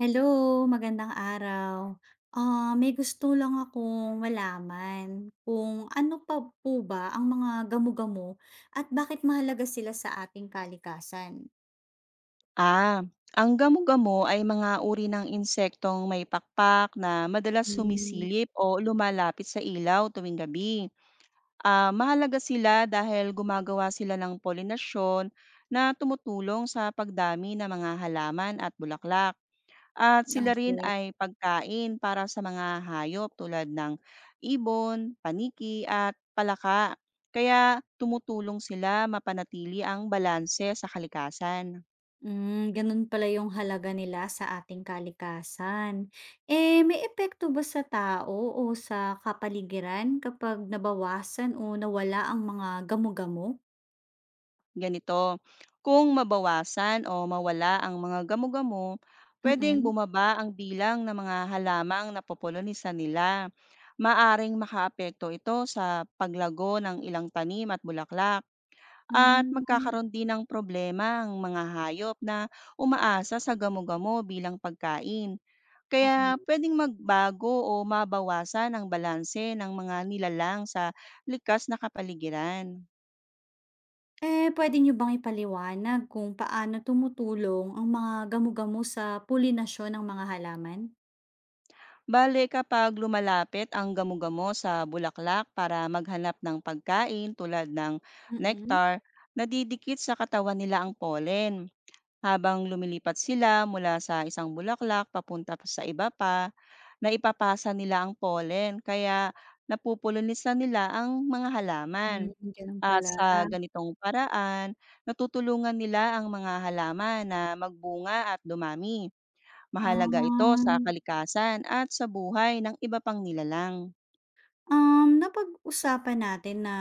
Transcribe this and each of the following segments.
Hello, magandang araw. Ah, may gusto lang akong malaman kung ano pa po ba ang mga gamo-gamo at bakit mahalaga sila sa ating kalikasan? Ah, ang gamo-gamo ay mga uri ng insektong may pakpak na madalas Hmm, sumisilip o lumalapit sa ilaw tuwing gabi. Mahalaga sila dahil gumagawa sila ng polinasyon na tumutulong sa pagdami ng mga halaman at bulaklak. At sila rin okey. ay pagkain para sa mga hayop tulad ng ibon, paniki at palaka. Kaya tumutulong sila mapanatili ang balanse sa kalikasan. Ganun pala yung halaga nila sa ating kalikasan. Eh, may epekto ba sa tao o sa kapaligiran kapag nabawasan o nawala ang mga gamo-gamo? Ganito, kung mabawasan o mawala ang mga gamo-gamo, pwedeng Mm, bumaba ang bilang ng mga halamang napopolonisan nila. Maaring makaapekto ito sa paglago ng ilang tanim at bulaklak, at Um, magkakaroon din ng problema ang mga hayop na umaasa sa gamo-gamo bilang pagkain. Kaya okay. pwedeng magbago o mabawasan ang balanse ng mga nilalang sa likas na kapaligiran. Eh, puwede niyo bang ipaliwanag kung paano tumutulong ang mga gamo-gamo sa pulinasyon ng mga halaman? Bale kapag lumalapit ang gamo-gamo sa bulaklak para maghanap ng pagkain tulad ng Mm. nectar, nadidikit sa katawan nila ang pollen. Habang lumilipat sila mula sa isang bulaklak papunta pa sa iba pa, naipapasa nila ang pollen kaya napupulunisan nila ang mga halaman. Gano'n At pala. sa ganitong paraan, natutulungan nila ang mga halaman na magbunga at dumami. Mahalaga ito sa Um, kalikasan at sa buhay ng iba pang nilalang. um, napag-usapan natin na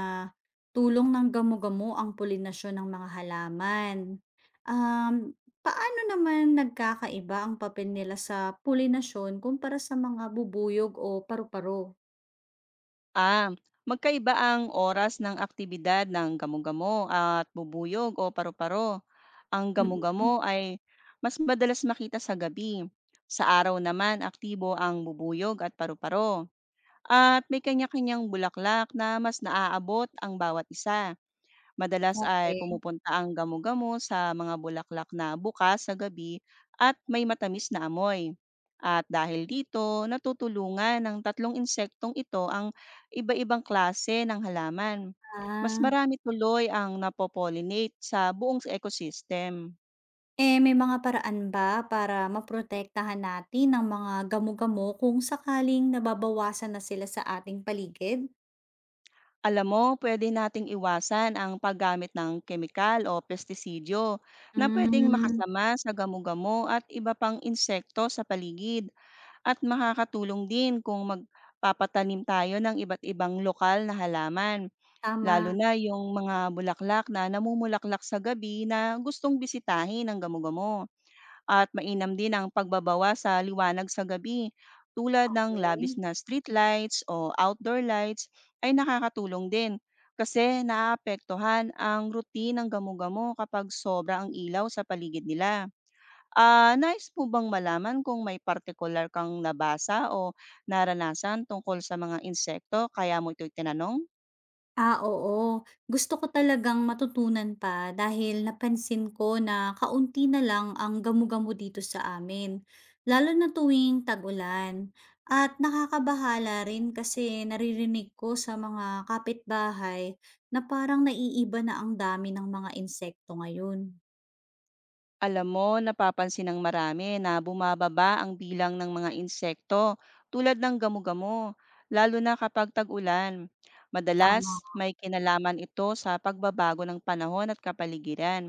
tulong ng gamo-gamo ang pulinasyon ng mga halaman. Um, paano naman nagkakaiba ang papel nila sa pulinasyon kumpara sa mga bubuyog o paru-paro? Ah, Magkaiba ang oras ng aktibidad ng gamugamo at bubuyog o paru-paro. Ang gamugamo Mm, ay mas madalas makita sa gabi. Sa araw naman, aktibo ang bubuyog at paru-paro. At may kanya-kanyang bulaklak na mas naaabot ang bawat isa. Madalas ay okey. pumupunta ang gamo-gamo sa mga bulaklak na bukas sa gabi at may matamis na amoy. At dahil dito, natutulungan ng tatlong insektong ito ang iba-ibang klase ng halaman. Mas Ah. marami tuloy ang napopollinate sa buong ecosystem. Eh, may mga paraan ba para maprotektahan natin ang mga gamo-gamo kung sakaling nababawasan na sila sa ating paligid? Alam mo, pwede nating iwasan ang paggamit ng kemikal o pestisidyo na pwedeng Hmm. makasama sa gamo-gamo at iba pang insekto sa paligid. At makakatulong din kung magpapatanim tayo ng iba't ibang lokal na halaman, lalo Tama, na yung mga bulaklak na namumulaklak sa gabi na gustong bisitahin ng gamugamo. At mainam din ang pagbabawa sa liwanag sa gabi tulad ng labis okey. na street lights o outdoor lights ay nakakatulong din kasi naaapektuhan ang routine ng gamugamo kapag sobra ang ilaw sa paligid nila. Nais mo bang malaman kung may partikular kang nabasa o naranasan tungkol sa mga insekto kaya mo ito itinanong? Ah, oo. Gusto ko talagang matutunan pa dahil napansin ko na kaunti na lang ang gamu-gamo dito sa amin, lalo na tuwing tag-ulan. At nakakabahala rin kasi naririnig ko sa mga kapitbahay na parang naiiba na ang dami ng mga insekto ngayon. Alam mo, napapansin ng marami na bumababa ang bilang ng mga insekto tulad ng gamugamo, lalo na kapag tag-ulan. Madalas, Tama, may kinalaman ito sa pagbabago ng panahon at kapaligiran.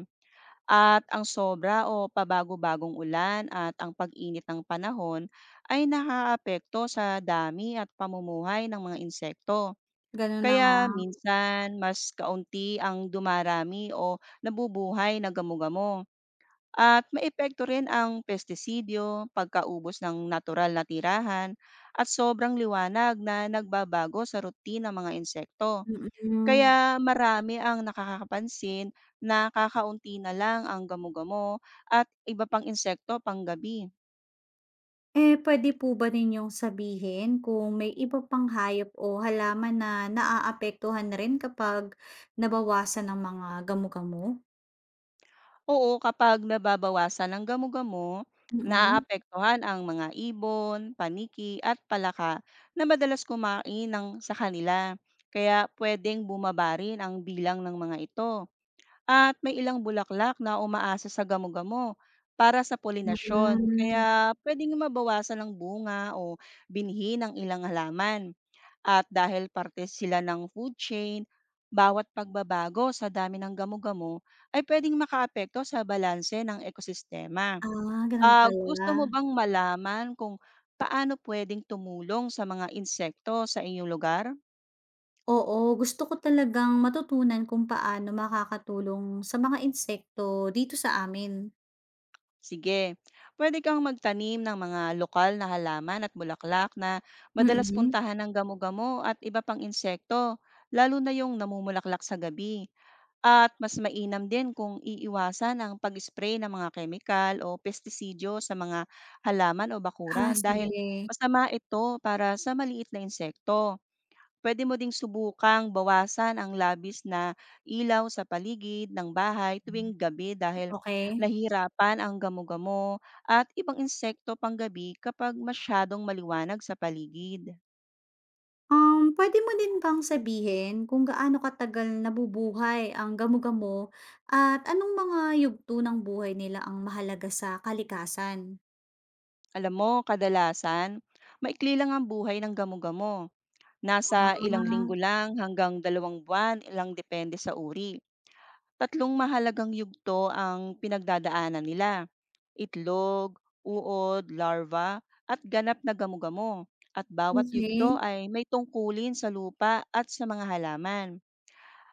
At ang sobra o pabago-bagong ulan at ang pag-init ng panahon ay nakaapekto sa dami at pamumuhay ng mga insekto. ganun na nga. Kaya minsan mas kaunti ang dumarami o nabubuhay na gamo. At maepekto rin ang pestisidyo, pagkaubos ng natural na tirahan, at sobrang liwanag na nagbabago sa rutina ng mga insekto. Mm. Kaya marami ang nakakapansin na kakaunti na lang ang gamo-gamo at iba pang insekto panggabi. Eh, puwede po ba ninyong sabihin kung may iba pang hayop o halaman na naaapektuhan rin kapag nabawasan ng mga gamo-gamo? Oo, kapag nababawasan ang gamo-gamo, Mm. naaapektuhan ang mga ibon, paniki at palaka na madalas kumain ng sa kanila. Kaya pwedeng bumaba rin ang bilang ng mga ito. At may ilang bulaklak na umaasa sa gamo-gamo para sa polinasyon, Hmm. kaya pwedeng mabawasan ng bunga o binhi ng ilang halaman. At dahil parte sila ng food chain, bawat pagbabago sa dami ng gamo-gamo ay pwedeng makaapekto sa balanse ng ekosistema. Ah, gano'n pala. Gusto mo bang malaman kung paano pwedeng tumulong sa mga insekto sa inyong lugar? Oo, gusto ko talagang matutunan kung paano makakatulong sa mga insekto dito sa amin. Sige, pwede kang magtanim ng mga lokal na halaman at bulaklak na madalas Mm. puntahan ng gamo-gamo at iba pang insekto, lalo na yung namumulaklak sa gabi. At mas mainam din kung iiwasan ang pag-spray ng mga kemikal o pestisidyo sa mga halaman o Ah, bakuran dahil sige. masama ito para sa maliit na insekto. Puwede mo ding subukang bawasan ang labis na ilaw sa paligid ng bahay tuwing gabi dahil Okay. nahihirapan ang gamo-gamo at ibang insekto panggabi kapag masyadong maliwanag sa paligid. Puwede mo din bang sabihin kung gaano katagal nabubuhay ang gamo-gamo at anong mga yugto ng buhay nila ang mahalaga sa kalikasan? Alam mo, kadalasan, maikli lang ang buhay ng gamo-gamo. Nasa ilang Ah, linggo lang hanggang dalawang buwan lang depende sa uri. Tatlong mahalagang yugto ang pinagdadaanan nila: itlog, uod, larva, at ganap na gamugamo. At bawat yugto okay. ay may tungkulin sa lupa at sa mga halaman.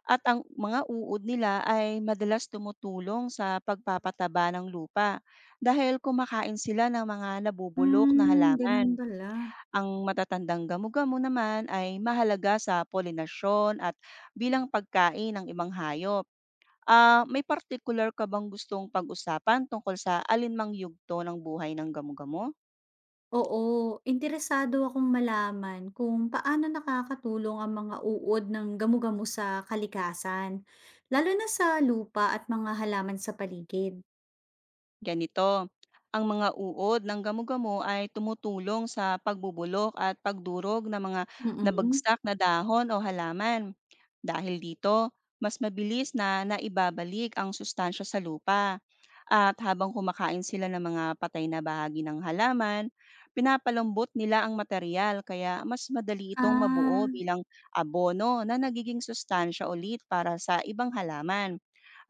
At ang mga uod nila ay madalas tumutulong sa pagpapataba ng lupa dahil kumakain sila ng mga nabubulok na Gano'n halaman. pala. Ang matatandang gamugamo naman ay mahalaga sa polinasyon at bilang pagkain ng ibang hayop. May partikular ka bang gustong pag-usapan tungkol sa alin mang yugto ng buhay ng gamugamo? Oo, interesado akong malaman kung paano nakakatulong ang mga uod ng gamo-gamo sa kalikasan, lalo na sa lupa at mga halaman sa paligid. Ganito, ang mga uod ng gamugamo ay tumutulong sa pagbubulok at pagdurog ng mga Mm. nabagsak na dahon o halaman. Dahil dito, mas mabilis na naibabalik ang sustansya sa lupa. At habang kumakain sila ng mga patay na bahagi ng halaman, pinapalambot nila ang material kaya mas madali itong Ah, mabuo bilang abono na nagiging sustansya ulit para sa ibang halaman.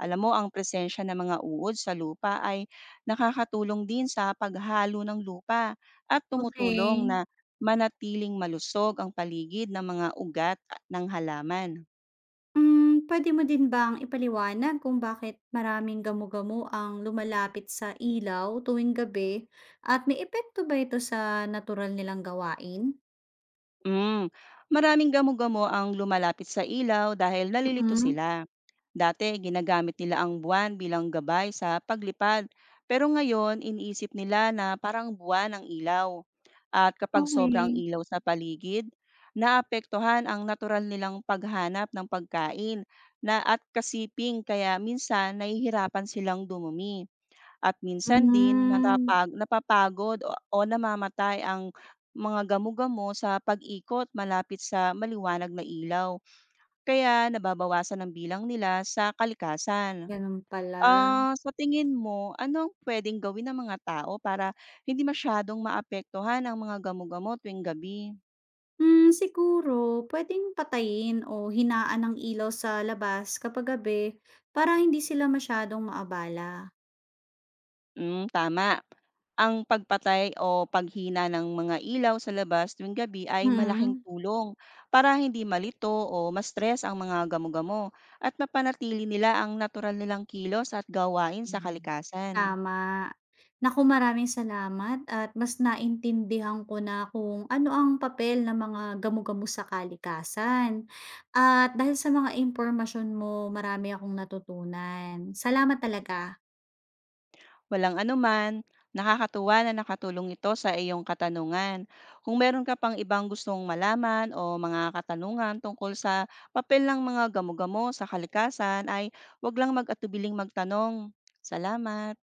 Alam mo, ang presensya ng mga uod sa lupa ay nakakatulong din sa paghalo ng lupa at tumutulong okay. na manatiling malusog ang paligid ng mga ugat ng halaman. Puwede mo din bang ipaliwanag kung bakit maraming gamo-gamo ang lumalapit sa ilaw tuwing gabi at may epekto ba ito sa natural nilang gawain? Mm. Maraming gamo-gamo ang lumalapit sa ilaw dahil nalilito Mm, sila. Dati, ginagamit nila ang buwan bilang gabay sa paglipad. Pero ngayon, iniisip nila na parang buwan ang ilaw. At kapag sobrang okay. ilaw sa paligid, naapektuhan ang natural nilang paghanap ng pagkain na at kasiping kaya minsan nahihirapan silang dumumi. At minsan din Hmm, natapag napapagod o o namamatay ang mga gamo-gamo sa pag-ikot malapit sa maliwanag na ilaw, kaya nababawasan ang bilang nila sa kalikasan. gano'n pala. Sa tingin mo, ano ang puwedeng gawin ng mga tao para hindi masyadong maapektuhan ang mga gamo-gamo tuwing gabi? Siguro puwedeng patayin o hinaan ang ilaw sa labas kapag gabi para hindi sila masyadong maabala. Hmm, tama. Ang pagpatay o paghina ng mga ilaw sa labas tuwing gabi ay malaking Mm. tulong para hindi malito o ma-stress ang mga gamo-gamo at mapanatili nila ang natural nilang kilos at gawain sa Mhm. kalikasan. Tama. Naku, maraming salamat at mas naintindihan ko na kung ano ang papel ng mga gamo-gamo sa kalikasan. At dahil sa mga impormasyon mo, marami akong natutunan. Salamat talaga. Walang anuman, nakakatuwa na nakatulong ito sa iyong katanungan. Kung meron ka pang ibang gustong malaman o mga katanungan tungkol sa papel ng mga gamo-gamo sa kalikasan ay huwag lang mag-atubiling magtanong. Salamat!